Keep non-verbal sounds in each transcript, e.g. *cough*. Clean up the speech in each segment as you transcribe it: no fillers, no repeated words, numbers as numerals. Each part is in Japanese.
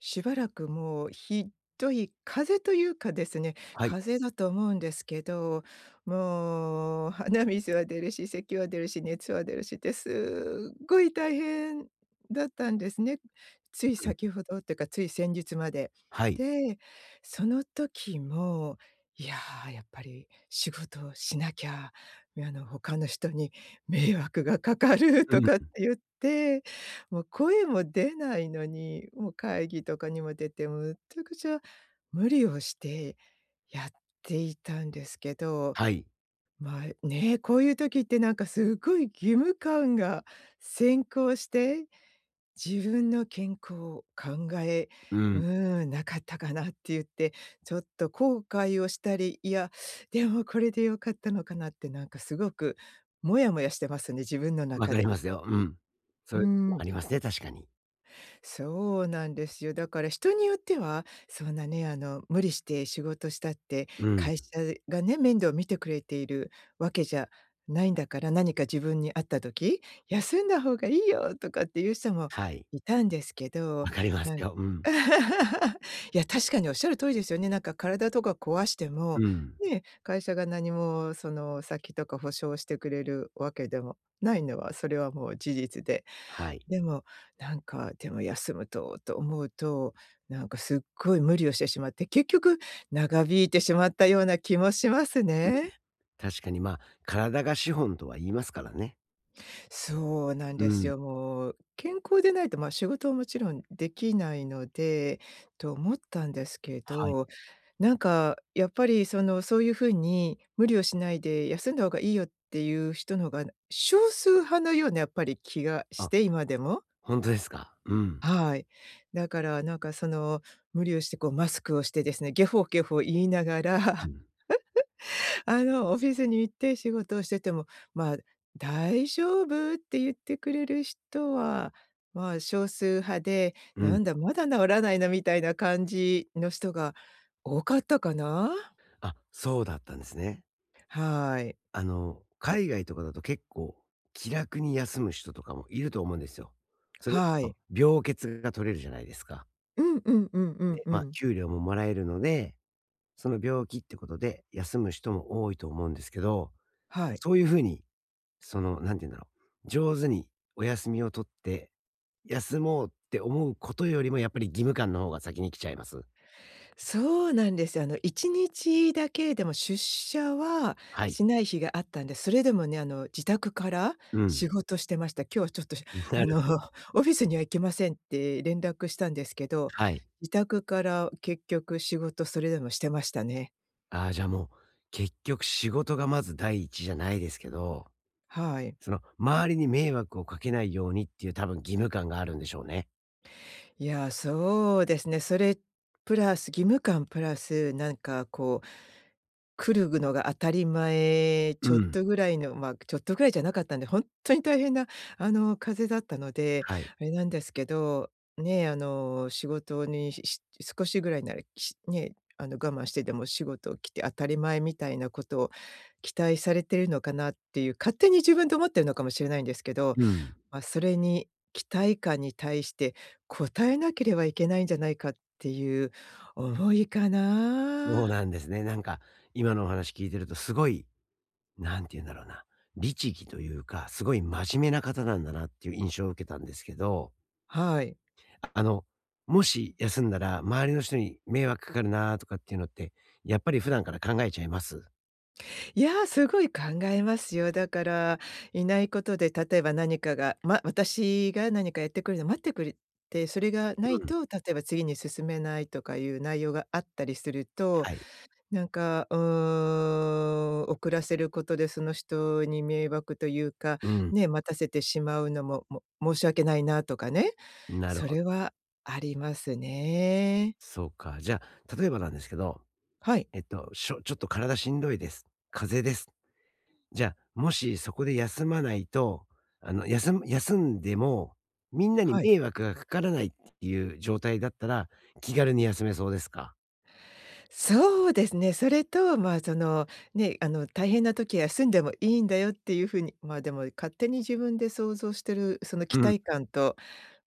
しばらくもうひどい風というかですね、はい。風邪だと思うんですけど、もう鼻水は出るし、咳は出るし、熱は出るしってすっごい大変だったんですね。ついうん。先ほどっていうか、つい先日まで。はい。で、その時も、いやー、やっぱり仕事をしなきゃ、他の人に迷惑がかかるうん。とかって言ってもう声も出ないのに、もう会議とかにも出て、むっちゃくちゃ無理をしてやっていたんですけど、はい。まあ、ね、こういう時ってなんかすごい義務感が先行して、自分の健康を考え、ううん。なかったかなって言って、ちょっと後悔をしたり、いや、でもこれで良かったのかなってなんかすごくモヤモヤしてますね、自分のわ中かりで。ますよ。うん。そううーいう時もん。ありますね、確かに。そうなんですよ。だから人によっては、そんなね、無理して仕事したって、うん。会社がね、面倒を見てくれているわけじゃないんだから、何か自分にあった時、休んだ方がいいよとかっていう人もはい。いたんですけわど、かりますなん よ。うん。*laughs* いや、確かにおっしゃる通りですよね。なんか体とか壊しても、うん。ね、会社が何もその先とか保証してくれるわけでもないのは、それはもう事実で。はい。でも、なんか、でも休むと思うと、なんかすっごい無理をしてしまって、結局長引いてしまったような気もしますうん。ね。確かに、まあ、体が資本とは言いますからね。そうなんうですん。よ。もう健康でないと、ま、仕事はもちろんできないので、と思ったんですけはい。ど、なんかやっぱりその、そういう風に無理をしないで休んだ方がいいよっていう人の方が少数派のようなやっぱり気がしあ、て、今でも。ほんとですか。うん。はい。だから、なんか、その、無理をして、こう、マスクをしてですね、ゲホゲホ言いながら、う *laughs* ん。あの、オフィスに行って仕事をしてても、まあ、「大丈夫？」って言ってくれる人は、まあ、少数派で、うん。「なんだ、まだ治らないなみたいな感じの人が多かったかな。あ、そうだったんですね。はい。あの、海外とかだと結構気楽に休む人とかもいると思うんですよ。それこはそい。病欠が取れるじゃないですか。うんうんうんうんで、うまあ、ん。給料ももらえるのでその病気ってことで休む人も多いと思うんですけど、はい。そういうふうに、その、なんて言うんだろう、上手にお休みを取って、休もうって思うことよりも、やっぱり義務感の方が先に来ちゃいます。そうなんですよ。1日だけでも出社ははい。しない日があったんで、それでもね、自宅からうん。仕事してました。今日はちょっと、*laughs* なあるの、ほ *laughs* ど。オフィスには行けませんって連絡したんですけど、はい。自宅から結局仕事それでもしてましたね。ああ、じゃあもう、結局仕事がまず第一じゃないですけど、はい。その、周りに迷惑をかけないようにっていう多分義務感があるんでしょうね。いや、そうですね。それプラス義務感プラス、なんかこう、来るのが当たり前、うちょっん。とぐらいの、まあ、ちょっとぐらいじゃなかったんで、本当に大変な、風邪だったので、はい。あれなんですけど、ね、仕事にし少しぐらいなら、我慢してでも仕事を来て当たり前みたいなことを期待されてるのかなっていう、勝手に自分で思ってるのかもしれないんですけど、うん。まあ、それに期待感に対して応えなければいけないんじゃないかっていう思いかそうな。なんですね。なんか、今のお話聞いてると、すごいなんて言うんだろうな、律儀というか、すごい真面目な方なんだなっていう印象を受けたんですけど、はい。あの、もし休んだら周りの人に迷惑かかるなとかっていうのって、やっぱり普段から考えちゃいます？いや、すごい考えますよ。だから、いないことで、例えば何かが、ま私が何かやってくれるの待ってくれて、それがなういん、と、例えば次に進めないとかいう内容があったりすると、はい。なんか、遅らせることでその人に迷惑というか、うん、ね、待たせてしまうのも、申し訳ないなとかね、なるそほれど。はありますね。そうか。じゃあ、例えばなんですけど、はい、しょちょっと体しんどいです。風邪です。じゃあ、もしそこで休まないと、あの、休んでも、みんなにはい。迷惑がかからないっていう状態だったら、気軽に休めそうですか？そうですね、それと、ま、ね、大変な時は休んでもいいんだよっていう風に、でも勝手に自分で想像してるそのう期ん、待は感と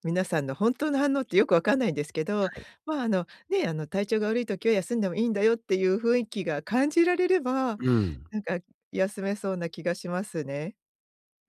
皆さんの本当の反応ってよくわかんないんですけど、い。まあ、ね、体調が悪い時は休んでもいいんだよっていう雰囲気が感じられれば、うん。なんか休めそうな気がしますね。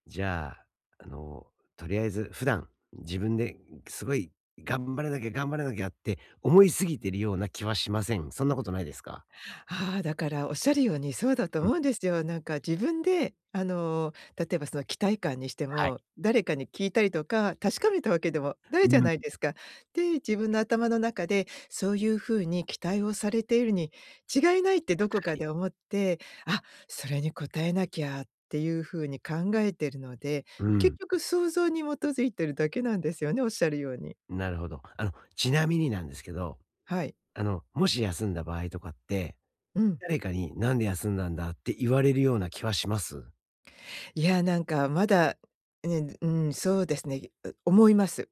じゃあ、あの、とりあえず普段、自分ですごい頑張らなきゃって思いすぎてるような気はしません。そんなことないですか？ああ、だからおっしゃるようにそうだとうん、思うんですよ。なんか自分で、例えばその期待感にしてはい。も、誰かに聞いたりとか、確かめたわけでもなういじゃん、ないですか。で、自分の頭の中で、そういう風に期待をされているに違いないってどこかで思って、あ、それに応えなきゃっていう風に考えてるので、うん、結局想像に基づいてるだけなんですよね、おっしゃるように。なるほど。あの、ちなみになんですけど、はい。あの、もし休んだ場合とかって、うん。誰かに「なんで休んだんだ」って言われるような気はします？いや、なんかまだ、ね、うん、そうですね、思います。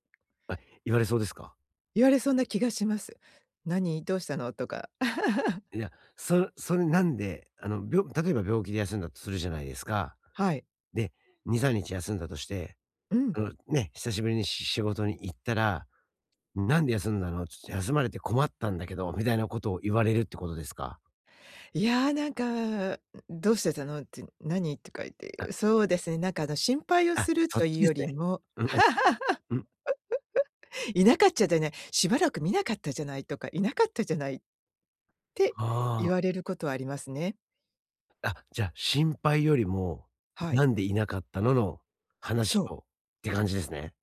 あ、言われそうですか？言われそうな気がします。「何、どうしたの？」とか。*laughs* いや、そそれなんで、あの、病例えば病気で休んだとするじゃないですか。はい。で、2、3日休んだとしてうん。あの、ね、久しぶりにし仕事に行ったら、「なんで休んだの？ちょっと休まれて困ったんだけど」みたいなことを言われるってことですか？いや、なんか、「どうしてたの？」って、「何？」とか言っあ、て、そうですね、なんかあの心配をあ、するそっとちいうでよすね。りも、うん、おうん、「いなかったじゃなね、しばらく見なかったじゃない」とか、「いなかったじゃない」ってあ言われることはありますね。あ、あ、じゃあ、心配よりも、はい。「なんでいなかったの？」の話そう。をって感じですね。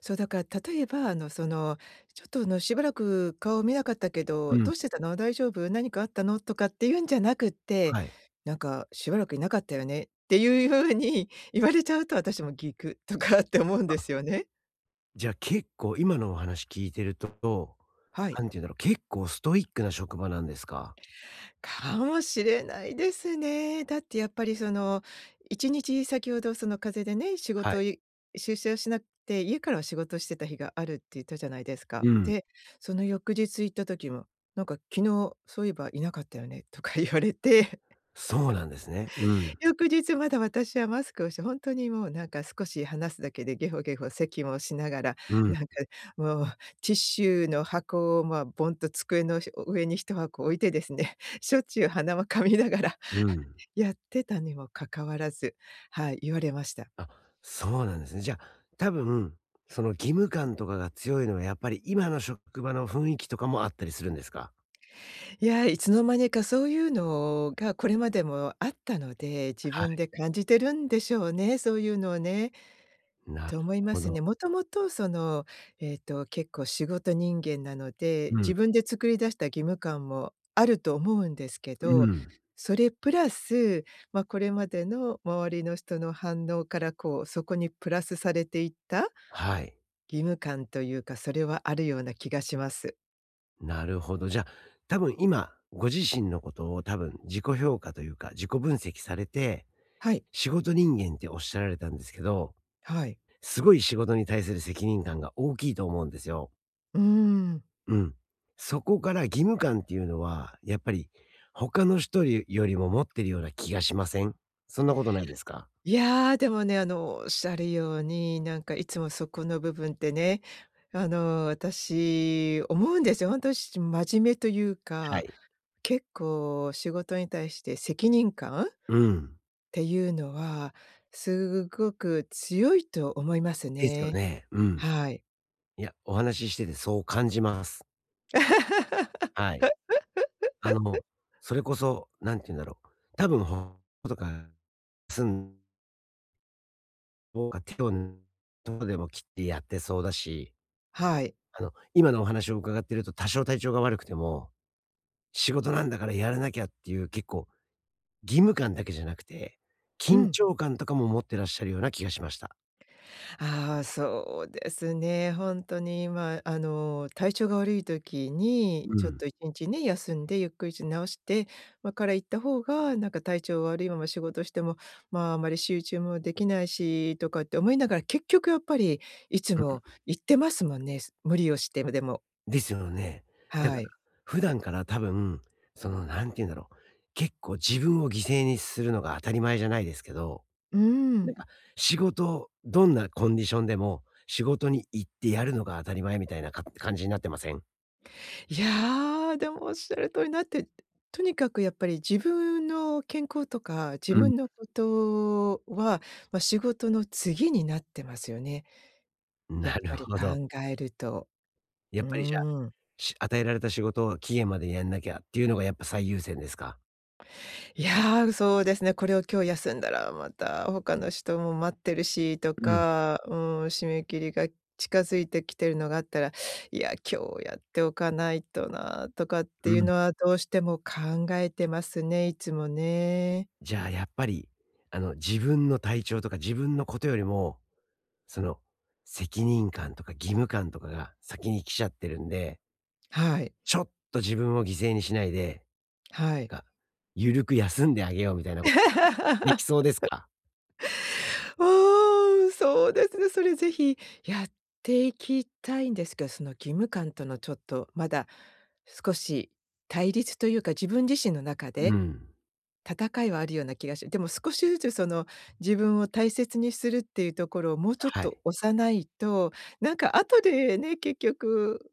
そう、だから例えば、その、ちょっと、しばらく顔見なかったけうど、ん、どうしてたの、大丈夫、何かあったの、とかっていうんじゃなくって、はい。なんか、しばらくいなかったよねっていう風に言われちゃうと、私もギクッとかって思うんであ、すよね。じゃあ、結構今のお話聞いてると、はい。なんて言うんだろう、結構ストイックな職場なんですか？かもしれないですね。だってやっぱりその、1日先ほどその風邪でね、仕はい。事をい出社をしなくて、家からは仕事してた日があるって言ったじゃないですうか。ん。で、その翌日行った時も、なんか「昨日そういえばいなかったよね」とか言われて、そうなんですね。う *laughs* ん、翌日まだ私はマスクをして、本当にもうなんか少し話すだけでゲホゲホ咳もしながら、うん、なんかもうティッシュの箱を、ま、ボンと机の上に一箱置いてですね、*laughs* しょっちゅう鼻をかみながらうん。やってたにもかかわらず、はい、言われました。あ、そうなんですね。じゃあ、多分、その義務感とかが強いのは、やっぱり今の職場の雰囲気とかもあったりするんですか？いや、いつの間にかそういうのがこれまでもあったので、自は分い。で感じてるんでしょうね、そういうのをね、なると思いまほすど。ね。もともとその、えっと、結構仕事人間なので、うん。自分で作り出した義務感もあると思うんですけうど、ん。それプラス、ま、これまでの周りの人の反応からこう、そこにプラスされていったはい。義務感というか、それはあるような気がします。なるほど。じゃあ、多分今、ご自身のことを多分自己評価というか、自己分析されて、はい、仕事人間っておっしゃられたんですけど、はい。すごい仕事に対する責任感が大きいと思うんですよ。うーん。うん。そこから義務感っていうのは、やっぱり他の人よりも持ってるような気がしません？そんなことないですか？いや、でもね、おっしゃるように、なんかいつもそこの部分ってね、私思うんですよ。ほんと真面目というはか、い。結構仕事に対して責任感っうん。ていうのは、すごく強いと思いますですよね。ね。うん。はい。いや、お話ししててそう感じます。*laughs* はい。あの、それこそ、何て言うんだろう、多分ほとかすんとか手をとこでも切ってやってそうだし、はい。あの、今のお話を伺ってると多少体調が悪くても、仕事なんだからやらなきゃっていう結構義務感だけじゃなくて、う緊ん。張感とかも持ってらっしゃるような気がしました。ああ、そうですね。本当に、まあ、体調が悪い時に、うちょっん。と1日ね、休んでゆっくりし直して、まあ、から行った方が、なんか体調悪いまま仕事しても、まあ、あまり集中もできないしとかって思いながら、結局やっぱりいつうん。も行ってますもんね、無理をしてもでも。ですよね。だかはら、い。普段から多分、その、何て言うんだろう、結構自分を犠牲にするのが当たり前じゃないですけど、うなんん。か、仕事どんなコンディションでも、仕事に行ってやるのが当たり前みたいなか感じになってません？いやー、でもおっしゃる通りになって、とにかくやっぱり自分の健康とか、自うん。分のことは、まあ、仕事の次になってますよね。やなっるぱりほ考ど。えると。やうっぱりじゃあ、ーん。し与えられた仕事を期限までにやんなきゃっていうのがやっぱ最優先ですか？いやー、そうですね、これを今日休んだらまた他の人も待ってるしとうん。か、うん、締め切りが近づいてきてるのがあったら、いや、今日やっておかないとなとかっうていうん。のはどうしても考えてますね、いつもね。じゃあ、やっぱり、あの、自分の体調とか自分のことよりも、その、責任感とか義務感とかが先に来ちゃってるんで、はい。ちょっと自分を犠牲にしないで、はい。が、ゆるく休んであげようみたいなこと、できそう *laughs* ですか？おお、そうですね。それぜひやっていきたいんですけど、その義務感とのちょっとまだ少し対立というか、自分自身の中うでん。戦いはあるような気がして、でも少しずつその自分を大切にするっていうところをもうちょっはとい。押さないと、なんか後でね、結局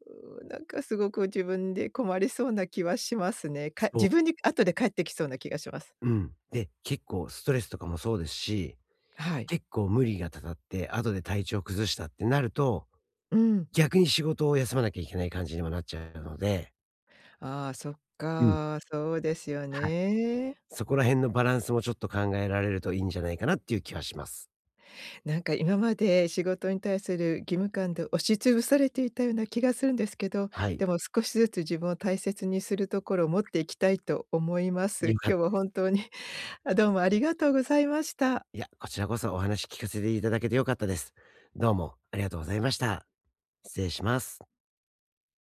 なんかすごく自分で困りそうな気はしますね。かそう。自分に後で返ってきそうな気がします。うん。で、結構ストレスとかもそうですし、はい。結構無理がたたって、後で体調崩したってなると、うん。逆に仕事を休まなきゃいけない感じにもなっちゃうので。ああ、そっうん。か、そうですよはい。ね。そこら辺のバランスもちょっと考えられるといいんじゃないかなっていう気はします。なんか今まで仕事に対する義務感で押しつぶされていたような気がするんですけど、はい。でも少しずつ自分を大切にするところを持っていきたいと思いまよす。かっ今日は本当に、あ、どうもありがとうございました。いや、こちらこそお話聞かせていただけてよかったです。どうもありがとうございました。失礼します。